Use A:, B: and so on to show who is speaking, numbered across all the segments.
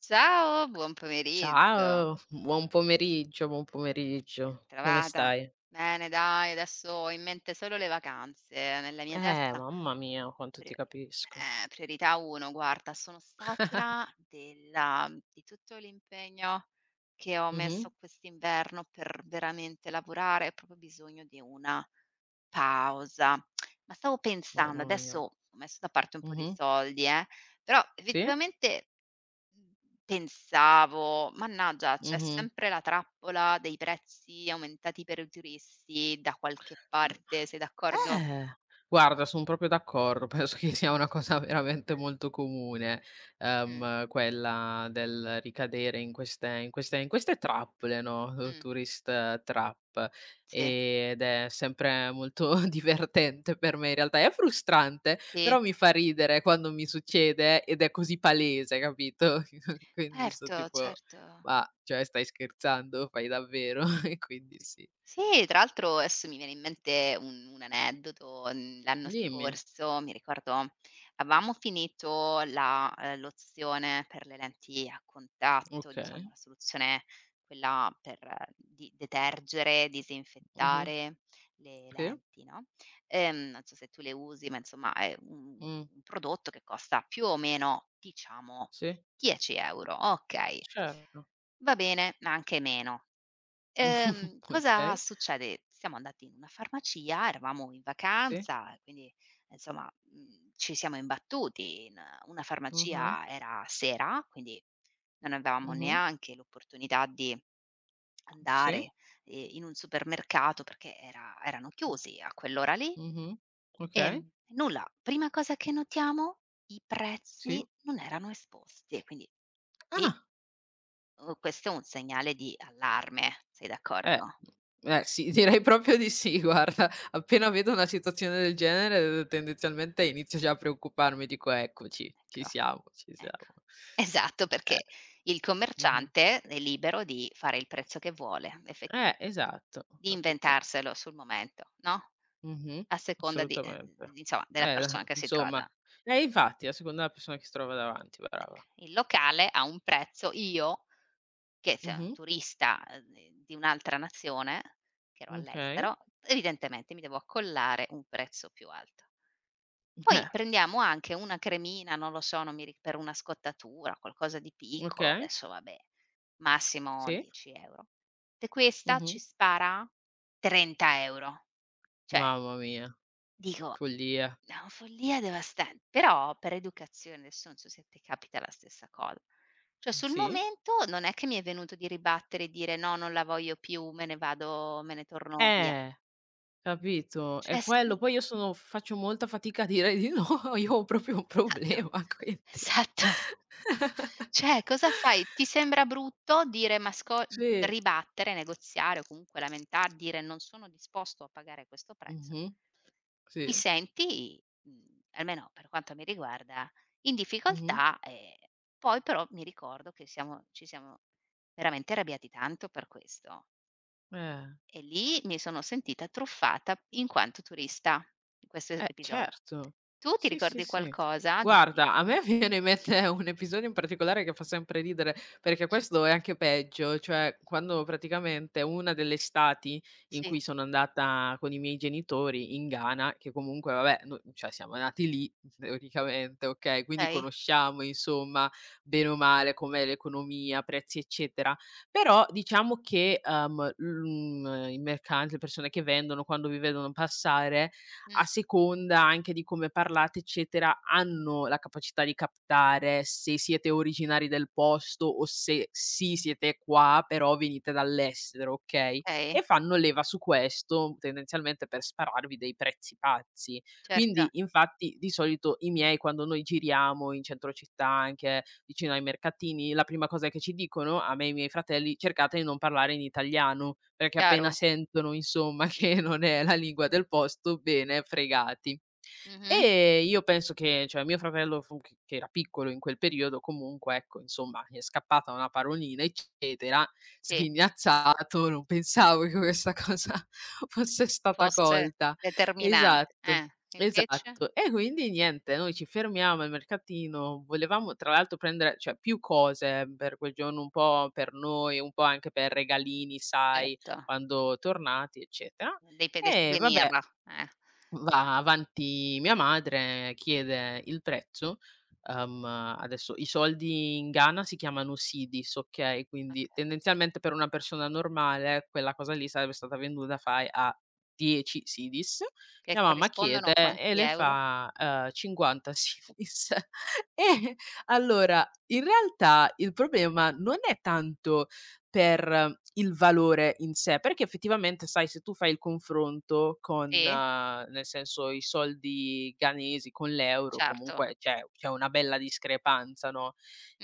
A: Ciao, buon pomeriggio.
B: Ciao, buon pomeriggio, buon
A: Ben
B: pomeriggio. Come
A: trovata.
B: stai?
A: Bene dai, adesso ho in mente solo le vacanze. Nella mia testa
B: Mamma mia, quanto ti
A: priori
B: capisco.
A: priorità 1, guarda, sono satura di tutto l'impegno che ho
B: Mh-mh.
A: messo quest'inverno per veramente lavorare, ho proprio bisogno di una pausa. Ma stavo pensando,
B: Mamma mia.
A: adesso ho messo da parte un po' di
B: Mh-mh.
A: soldi, però
B: Sì?
A: effettivamente. Mhmm, pensavo: "Mannaggia, c'è
B: Mh-mh.
A: sempre la trappola dei prezzi aumentati per i turisti da qualche parte." Sei d'accordo?
B: Eh! Guarda, son proprio d'accordo, penso che sia una cosa veramente molto comune,
A: Mh,
B: quella del ricadere in queste trappole, no,
A: mh,
B: tourist trap,
A: sì,
B: ed è sempre molto divertente per me in realtà. È frustrante,
A: sì,
B: però mi fa ridere quando mi succede ed è così palese, capito? Quindi son
A: certo,
B: tipo:
A: certo.
B: "Ma, cioè stai scherzando? Fai davvero?" E quindi sì.
A: Sì, tra l'altro adesso mi viene in mente un aneddoto, l'anno
B: Dimmi.
A: scorso mi ricordo avevamo finito la lozione per le lenti a contatto, diciamo
B: Okay.
A: la soluzione, quella per di detergere,
B: Mh-mh.
A: disinfettare le
B: Sì.
A: lenti, no, non so se tu le usi, ma insomma è un
B: Mh,
A: un prodotto che costa più o meno, diciamo
B: sì,
A: 10 € okay,
B: certo.
A: va bene, ma anche meno. Cosa
B: Okay,
A: succede? Siamo andati in una farmacia, eravamo in
B: sì,
A: vacanza, quindi insomma, ci siamo imbattuti in una
B: mh-mh,
A: farmacia. Era sera, quindi non avevamo
B: mh-mh,
A: neanche l'opportunità di
B: sì,
A: andare, in un supermercato perché erano chiusi a quell'ora lì.
B: mh-mh, okay,
A: Ehm, nulla, prima cosa che notiamo, i
B: sì.
A: prezzi non erano esposti e quindi qui,
B: Ah,
A: questo è un segnale di allarme, sei
B: eh,
A: d'accordo?
B: eh sì, direi proprio di sì guarda. Appena vedo una situazione del genere tendenzialmente inizio già a preoccuparmi, dico: "Eccoci, ci
A: Ecco.
B: siamo, ci
A: Ecco,
B: siamo".
A: esatto,
B: Eh,
A: perché il
B: mh-mh.
A: commerciante è libero di fare il prezzo che vuole, effettivame
B: Esatto, ho
A: di
B: capito.
A: inventarselo sul momento, no,
B: Mh-mh,
A: a seconda
B: assolutamente.
A: di insomma, della
B: Eh,
A: persona che si trova
B: insomma,
A: da
B: eh infatti a seconda della persona che si trova davanti, brava.
A: il locale ha un prezzo, io che se
B: Mh-mh.
A: turista, di un'altra nazione, che ero
B: Okay.
A: all'estero, evidentemente mi devo accollare un prezzo più alto. Poi
B: Eh,
A: prendiamo anche una cremina, non lo so, non mi ri per una scottatura, qualcosa di piccolo,
B: okay.
A: adesso vabbè, massimo
B: Sì.
A: 10 €. E questa
B: Mh-mh.
A: ci spara 30 €. Cioè,
B: Mamma mia,
A: dico,
B: follia.
A: è una follia devasan però per educazione, adesso non so se ti capita la stessa cosa. Cioè sul
B: Sì.
A: momento non è che mi è venuto di ribattere e dire: "No, non la voglio più, me ne vado me ne torno via."
B: Eh, capito, è
A: Cioè
B: quello.
A: sì.
B: Poi io sono faccio molta fatica a dire di no, io ho proprio un
A: Esatto,
B: problema, quindi.
A: esatto. Cioè, cosa fai? Ti sembra brutto dire ma sco
B: Sì.
A: ribattere, negoziare o comunque lamentar dire: "Non sono disposto a pagare questo prezzo."
B: Mh-mh.
A: Ti
B: Sì.
A: senti, almeno per quanto mi riguarda, in
B: Mh-mh.
A: difficoltà, poi però mi ricordo che siamo ci siamo veramente arrabbiati tanto per questo
B: Eh.
A: e lì mi sono sentita truffata in quanto turista, in questo
B: Eh
A: episodio.
B: certo.
A: Tu ti
B: Sì, sì,
A: ricordi
B: sì.
A: qualcosa di sì?
B: Guarda, a me viene in mente un episodio in particolare che fa sempre ridere, perché
A: Mh,
B: questo è anche peggio, cioè quando praticamente una delle estati in
A: sì.
B: cui sono andata con i miei genitori in Ghana, che comunque vabbè, no cioè siamo nati lì teoricamente, okay, quindi
A: Okay,
B: conosciamo insomma bene o male com'è l'economia, prezzi eccetera, però diciamo che, i mercanti, le persone che vendono quando vi vedono passare a
A: mh,
B: seconda anche di come parlate, eccetera, hanno la capacità di captare se siete originari del posto o se sì siete qua, però venite dall'estero, okay, e
A: okay,
B: fanno leva su questo tendenzialmente per spararvi dei prezzi pazzi.
A: certo,
B: Quindi infatti di solito i miei quando noi giriamo in centro città, anche vicino ai mercatini, la prima cosa che ci dicono, a me e ai miei fratelli: "Cercate di non parlare in italiano", perché appena
A: chiaro.
B: sentono insomma che non è la lingua del posto, bene, fregati.
A: Mh-mh.
B: E io penso che cioè mio fratello fu che era piccolo in quel periodo, comunque ecco, insomma, gli è scappata una parolina, eccetera,
A: Sì,
B: sghignazzato, non pensavo che questa cosa fosse stata
A: fosse
B: colta.
A: determinante,
B: Esatto.
A: eh. Invece?
B: Esatto. E quindi niente, noi ci fermiamo al mercatino, volevamo tra l'altro prendere cioè più cose per quel giorno, un po' per noi, un po' anche per regalini, sai,
A: Certo,
B: quando tornati, eccetera.
A: dei
B: E
A: souvenir,
B: vabbè.
A: eh.
B: Va
A: Mh-mh,
B: avanti mia madre, chiede il prezzo, uhm, adesso i soldi in Ghana si chiamano Cedis, okay, quindi
A: okay.
B: tendenzialmente per una persona normale quella cosa lì sarebbe stata venduta, fai, a 10 Cedis.
A: Che
B: Mia mamma
A: corrispondono
B: chiede
A: a
B: e
A: quanti
B: le
A: euro?
B: fa, 50 Cedis. E allora in realtà il problema non è tanto per il valore in sé, perché effettivamente, sai, se tu fai il confronto con,
A: Sì,
B: nel senso, i soldi ghanesi con l'euro,
A: certo.
B: comunque c'è una bella discrepanza, no,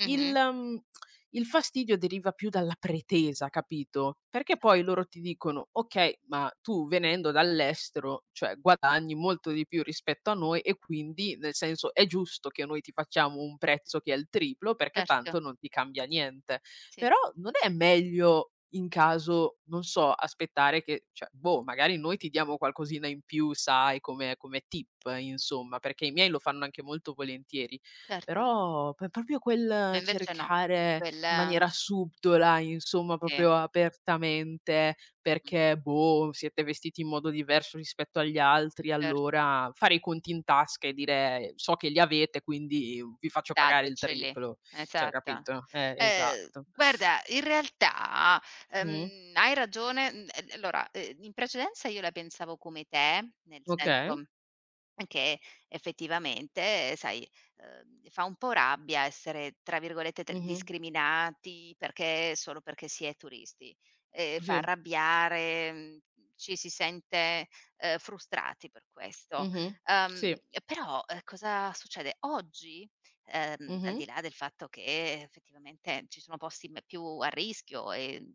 B: il
A: Mh-mh,
B: mhmm, il fastidio deriva più dalla pretesa, capito, perché poi
A: certo,
B: loro ti dicono: "Okay, ma tu venendo dall'estero, cioè, guadagni molto di più rispetto a noi e quindi, nel senso, è giusto che noi ti facciamo un prezzo che è il triplo perché
A: certo.
B: tanto non ti cambia niente".
A: Sì, sì,
B: Però non è meglio in caso, non so, aspettare che cioè, boh, magari noi ti diamo qualcosina in più, sai, come tip insomma, perché i miei lo fanno anche molto volentieri,
A: certo.
B: però p proprio
A: E
B: quel
A: invece no.
B: cercare
A: Quel
B: in maniera subdola, insomma,
A: sì,
B: proprio apertamente,
A: mh,
B: perché boh, siete vestiti in modo diverso rispetto agli altri,
A: certo.
B: allora fare i conti in tasca e dire: "So che li avete, quindi vi faccio pagare il
A: Dateceli,
B: triplo". Cioè,
A: esatto.
B: capito? Esatto.
A: Guarda, in realtà,
B: Mh,
A: hai ragione, e allora, in precedenza io la pensavo come te, nel
B: okay.
A: senso che effettivamente, sai, fa un po' rabbia essere, tra virgolette, "t"
B: Mh-mh.
A: discriminati perché solo perché si è turisti. Fa
B: Sì.
A: arrabbiare, ci si sente, frustrati per questo.
B: Mh-mh.
A: Uhm,
B: Sì.
A: però, cosa succede? Oggi, al
B: Mh-mh.
A: di là del fatto che effettivamente ci sono posti me più a rischio e,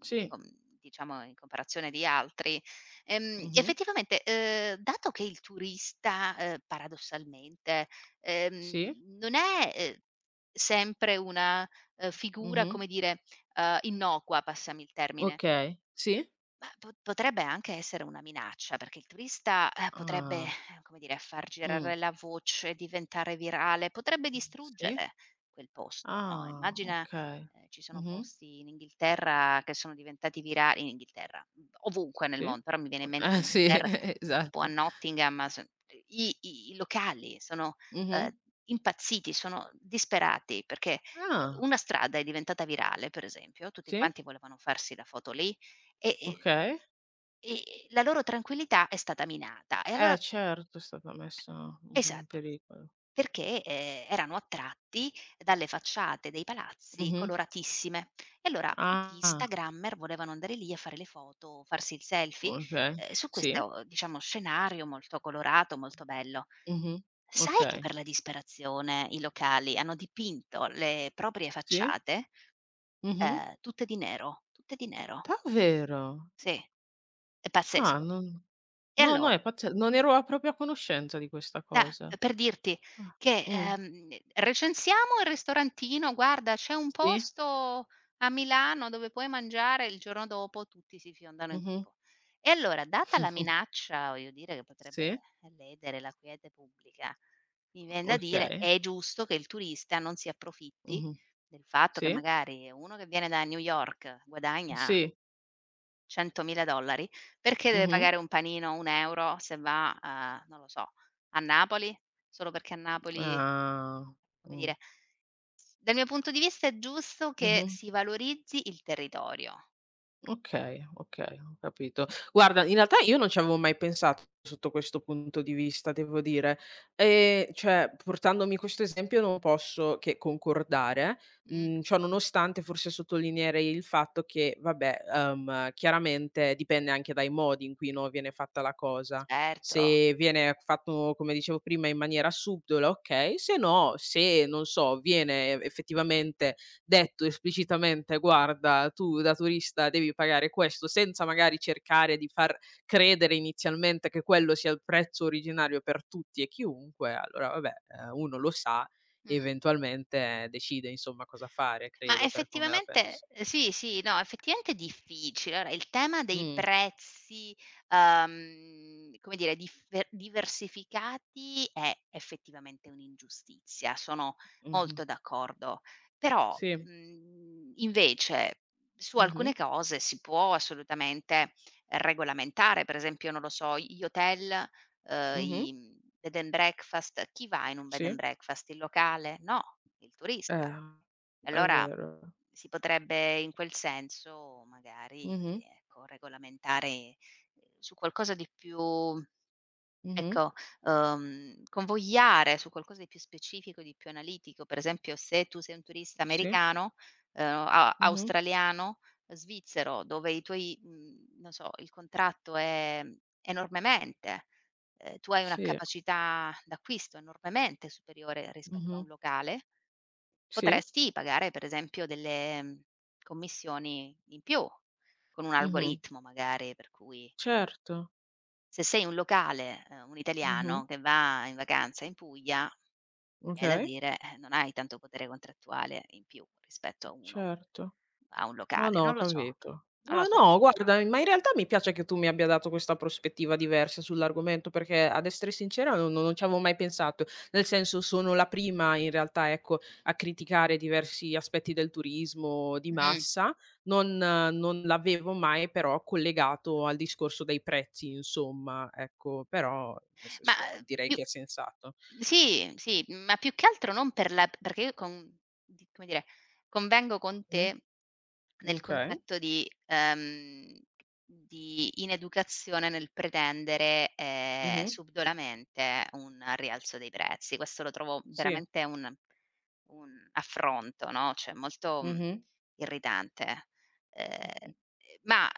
B: Sì.
A: com diciamo in comparazione di altri.
B: Mh-mh.
A: Effettivamente, dato che il turista, paradossalmente,
B: Sì.
A: non è, sempre una, figura,
B: Mh-mh.
A: come dire, innocua, passami il termine,
B: Okay. Sì.
A: ma po potrebbe anche essere una minaccia, perché il turista, potrebbe,
B: Ah.
A: come dire, far
B: Mh.
A: girare la voce, diventare virale, potrebbe
B: Sì.
A: distruggere quel posto, no,
B: Ah,
A: immagina,
B: okay.
A: ci sono
B: Mh-mh.
A: posti in Inghilterra che sono diventati vira in Inghilterra, ovunque nel
B: Sì.
A: mondo, però mi viene in
B: O
A: mente
B: sì,
A: Inghilterra, tipo a
B: esatto.
A: Nottingham son i i i locali sono,
B: Mh-mh.
A: ehm, impazziti, sono disperati perché,
B: Ah,
A: una strada è diventata virale, per esempio, tutti
B: sì,
A: quanti volevano farsi la foto lì e e
B: okay.
A: e la loro tranquillità è stata minata. E allora
B: Certo, è stata messa in
A: esatto,
B: pericolo.
A: perché, erano attratti dalle facciate dei palazzi
B: Mh-mh.
A: coloratissime. E allora tutti gli
B: Ah,
A: instagrammer volevano andare lì a fare le foto, farsi il selfie,
B: okay.
A: su
B: Sì.
A: questo, diciamo, scenario molto colorato, molto bello.
B: Mh-mh.
A: Sai che
B: Okay.
A: per la disperazione i locali hanno dipinto le proprie
B: Sì.
A: facciate,
B: Mh-mh.
A: tutte di nero, tutte di nero.
B: Davvero?
A: Sì, è
B: Ah,
A: pazzesco.
B: non
A: E
B: no, no,
A: allora
B: è pazze non ero a proprio a conoscenza di questa
A: da
B: cosa.
A: per dirti
B: Ah.
A: che,
B: Mh.
A: recensiamo il ristorantino, guarda c'è un
B: Sì.
A: posto a Milano dove puoi mangiare, il giorno dopo tutti si fiondano in quel
B: Mh-mh.
A: po e allora data la minaccia, voglio dire, che potrebbe
B: Sì,
A: ledere la quiete pubblica, mi vien da dire
B: okay.
A: è giusto che il turista non si approfitti
B: Mh-mh.
A: del fatto che
B: Sì,
A: magari uno che viene da New York guadagna
B: sì.
A: $100.000, perché deve
B: Mh-mh.
A: pagare un panino €1 se va a non lo so, a Napoli? Solo perché a Napoli,
B: Ah.
A: come
B: Mh.
A: dire, dal mio punto di vista è giusto che
B: Mh-mh.
A: si valorizzi il territorio.
B: Okay, okay, ho capito. Guarda, in realtà io non ci avevo mai pensato sotto questo punto di vista, devo dire. Cioè, portandomi questo esempio non posso che concordare,
A: Mh,
B: ciò nonostante forse sottolineerei il fatto che, vabbè, chiaramente dipende anche dai modi in cui, no, viene fatta la cosa.
A: certo.
B: Se viene fatto, come dicevo prima, in maniera subdola, okay, se no se, non so, viene effettivamente detto esplicitamente: "Guarda, tu da turista devi pagare questo", senza magari cercare di far credere inizialmente che quello sia il prezzo originario per tutti e chiunque, allora vabbè, uno lo sa e
A: Mh.
B: eventualmente decide insomma cosa fare,
A: Ma
B: credo, per come la
A: effettivamente
B: penso.
A: sì, sì, no, effettivamente è difficile. Allora, il tema dei
B: Mh,
A: prezzi, come dire, differ diversificati è effettivamente un'ingiustizia, sono
B: mh-mh.
A: molto d'accordo. Però,
B: Sì.
A: invece su alcune
B: Mh-mh.
A: cose si può assolutamente regolamentare, per esempio, non lo so, gli hotel
B: Mh-mh.
A: i bed and breakfast. Chi va in un bed and
B: Sì.
A: breakfast? Il locale? No, il turista.
B: Eh,
A: E
B: è
A: allora
B: vero.
A: si potrebbe in quel senso magari,
B: Mh-mh.
A: ecco, regolamentare, su qualcosa di più.
B: Mh-mh.
A: Ecco, convogliare su qualcosa di più specifico, di più analitico. Per esempio, se tu sei un turista
B: Sì.
A: americano, a
B: Mh-mh.
A: australiano, svizzero, dove i tuoi non so, il contratto è enormemente tu hai una
B: Sì.
A: capacità d'acquisto enormemente superiore rispetto a
B: Mh-mh.
A: un locale,
B: Sì.
A: potresti pagare per esempio delle, commissioni in più, con un
B: Mh-mh.
A: algoritmo magari per cui
B: Certo.
A: se sei un locale, un
B: Mh-mh.
A: italiano che va in vacanza in Puglia, è da
B: Okay,
A: dire, non hai tanto potere contrattuale in più rispetto a uno
B: certo.
A: a un
B: No,
A: locale.
B: no, ho
A: Non lo so,
B: capito.
A: non lo
B: No,
A: so.
B: no, guarda, ma in realtà mi piace che tu mi abbia dato questa prospettiva diversa sull'argomento, perché ad essere sincera non ci avevo mai pensato. Nel senso, sono la prima in realtà, ecco, a criticare diversi aspetti del turismo di
A: Mh.
B: massa, non l'avevo mai però collegato al discorso dei prezzi insomma, ecco, però nel
A: Ma,
B: senso direi
A: più.
B: che è sensato.
A: Sì, sì, ma più che altro non per la perché io con di come dire, convengo con
B: Mh,
A: te nel
B: okay.
A: concetto di ineducazione nel pretendere,
B: Mh-mh.
A: subdolamente un rialzo dei prezzi. Questo lo trovo
B: Sì.
A: veramente un affronto, no, cioè molto,
B: Mh-mh.
A: irritante. Ehm,
B: Mh.
A: ma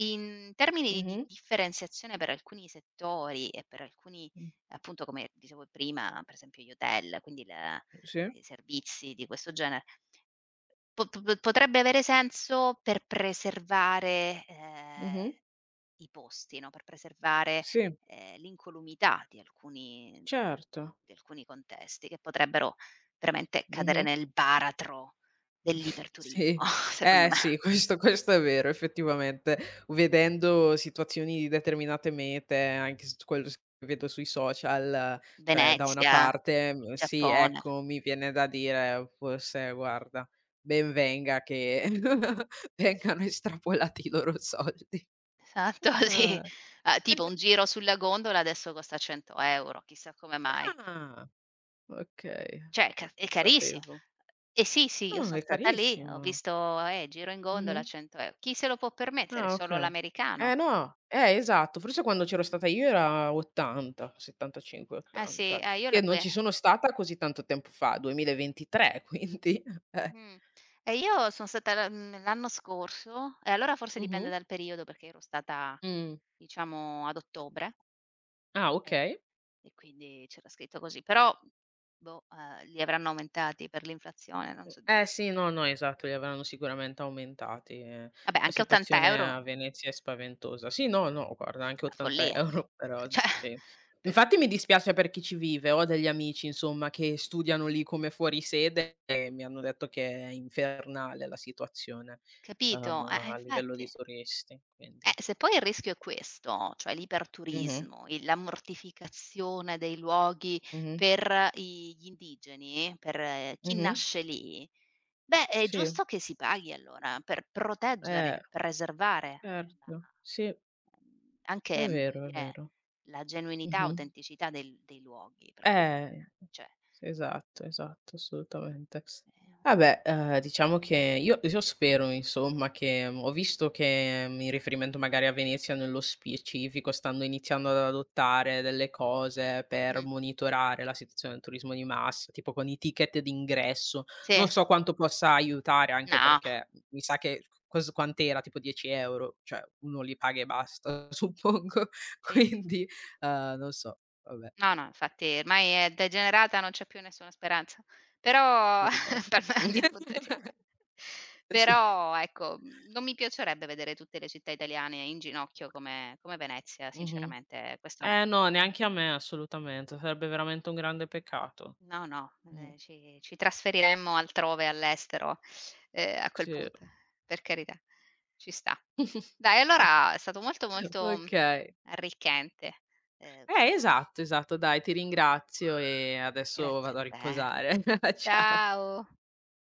A: in termini di
B: Mh-mh.
A: differenziazione per alcuni settori e per alcuni,
B: Mh.
A: appunto come dicevo prima, per esempio gli hotel, quindi la
B: Sì.
A: i servizi di questo genere, po po potrebbe avere senso per preservare,
B: Mh-mh.
A: i posti, no, per preservare,
B: Sì,
A: l'incolumità
B: certo.
A: di alcuni contesti che potrebbero veramente cadere
B: Mh-mh.
A: nel baratro dell'iperturismo,
B: Sì,
A: secondo
B: eh
A: me.
B: sì, questo è vero effettivamente. Vedendo situazioni di determinate mete, anche s quello s che vedo sui social, cioè da una
A: Venezia,
B: parte,
A: il
B: sì,
A: Giappone.
B: ecco, mi viene da dire forse guarda, ben venga che vengano estrapolati i loro soldi.
A: Esatto, sì.
B: Ah.
A: Ah, tipo un giro sulla gondola adesso costa 100 €, chissà come mai.
B: Ah, okay,
A: Cioè è ca
B: non
A: è carissimo.
B: sapevo.
A: Eh
B: Sì.
A: sì, sì, io
B: No,
A: son
B: è
A: stata lì, ho
B: carissimo.
A: visto, giro in gondola
B: Mh-mh.
A: 100 €. Chi se lo può permettere?
B: Ah,
A: Solo
B: okay.
A: l'americano.
B: Eh no, esatto, forse quando c'ero stata io era 80, 75,
A: Eh sì,
B: 80,
A: io
B: che
A: le
B: non
A: 2
B: ci sono stata così tanto tempo fa, 2023 quindi eh.
A: mh. E io son stata l'anno scorso e allora forse
B: Mh-mh.
A: dipende dal periodo perché ero stata,
B: Mh.
A: diciamo, ad ottobre
B: Ah,
A: e
B: okay.
A: e quindi c'era scritto così, però boh, li avranno aumentati per l'inflazione, non so di.
B: Eh sì, no, no, esatto, li avranno sicuramente aumentati,
A: Vabbè
B: la
A: anche
B: situazione
A: 80 €
B: a Venezia è spaventosa. Sì, no, no, guarda anche
A: una follia.
B: 80 € però
A: Cioè
B: sì.
A: per di
B: Infatti mi dispiace per chi ci vive, ho degli amici insomma che studiano lì come fuori sede e mi hanno detto che è infernale la situazione, uhm,
A: capito?
B: a livello di
A: Infatti.
B: turisti, quindi
A: Se poi il rischio è questo, cioè
B: mh-mh,
A: l'iperturismo, il la mortificazione dei luoghi
B: mh-mh,
A: per i gli indigeni, per chi
B: mh-mh,
A: nasce lì, beh è
B: sì,
A: giusto che si paghi allora per
B: eh,
A: proteggere, preservare la
B: certo, sì,
A: mhmm,
B: è
A: anche, voglio
B: vero, è
A: dire,
B: vero.
A: la genuinità,
B: Mh-mh.
A: autenticità del dei luoghi, per cui si
B: Eh,
A: cioè,
B: sì, esatto, esatto, assolutamente.
A: ehm,
B: Vabbè, diciamo che io spero insomma che ho visto che, in riferimento magari a Venezia nello specifico, stanno iniziando ad adottare delle cose per
A: mh,
B: monitorare la situazione del turismo di massa, tipo con i ticket d'ingresso. Non
A: sì.
B: so quanto possa aiutare, anche
A: No,
B: perché mi sa che cos quant'era, tipo 10 €, cioè uno li paga e basta suppongo,
A: sì.
B: quindi, non so, vabbè.
A: No, no, infatti ormai è degenerata, non c'è più nessuna speranza. Però per
B: Purtroppo.
A: me la mia punto di
B: Sì.
A: però ecco, non mi piacerebbe vedere tutte le città italiane in ginocchio come Venezia,
B: Mh-mh.
A: sinceramente questo no.
B: Eh no, neanche a me assolutamente, sarebbe veramente un grande peccato.
A: No, no,
B: Mh.
A: ci trasferiremmo altrove, all'estero, a quel
B: Sì.
A: punto, per carità. Ci sta. Dai, allora è stato molto, molto
B: Okay.
A: arricchente. Ehm,
B: Esatto, esatto. Dai, ti ringrazio e adesso
A: grazie
B: vado a
A: a te.
B: riposare. Ciao.
A: Ciao.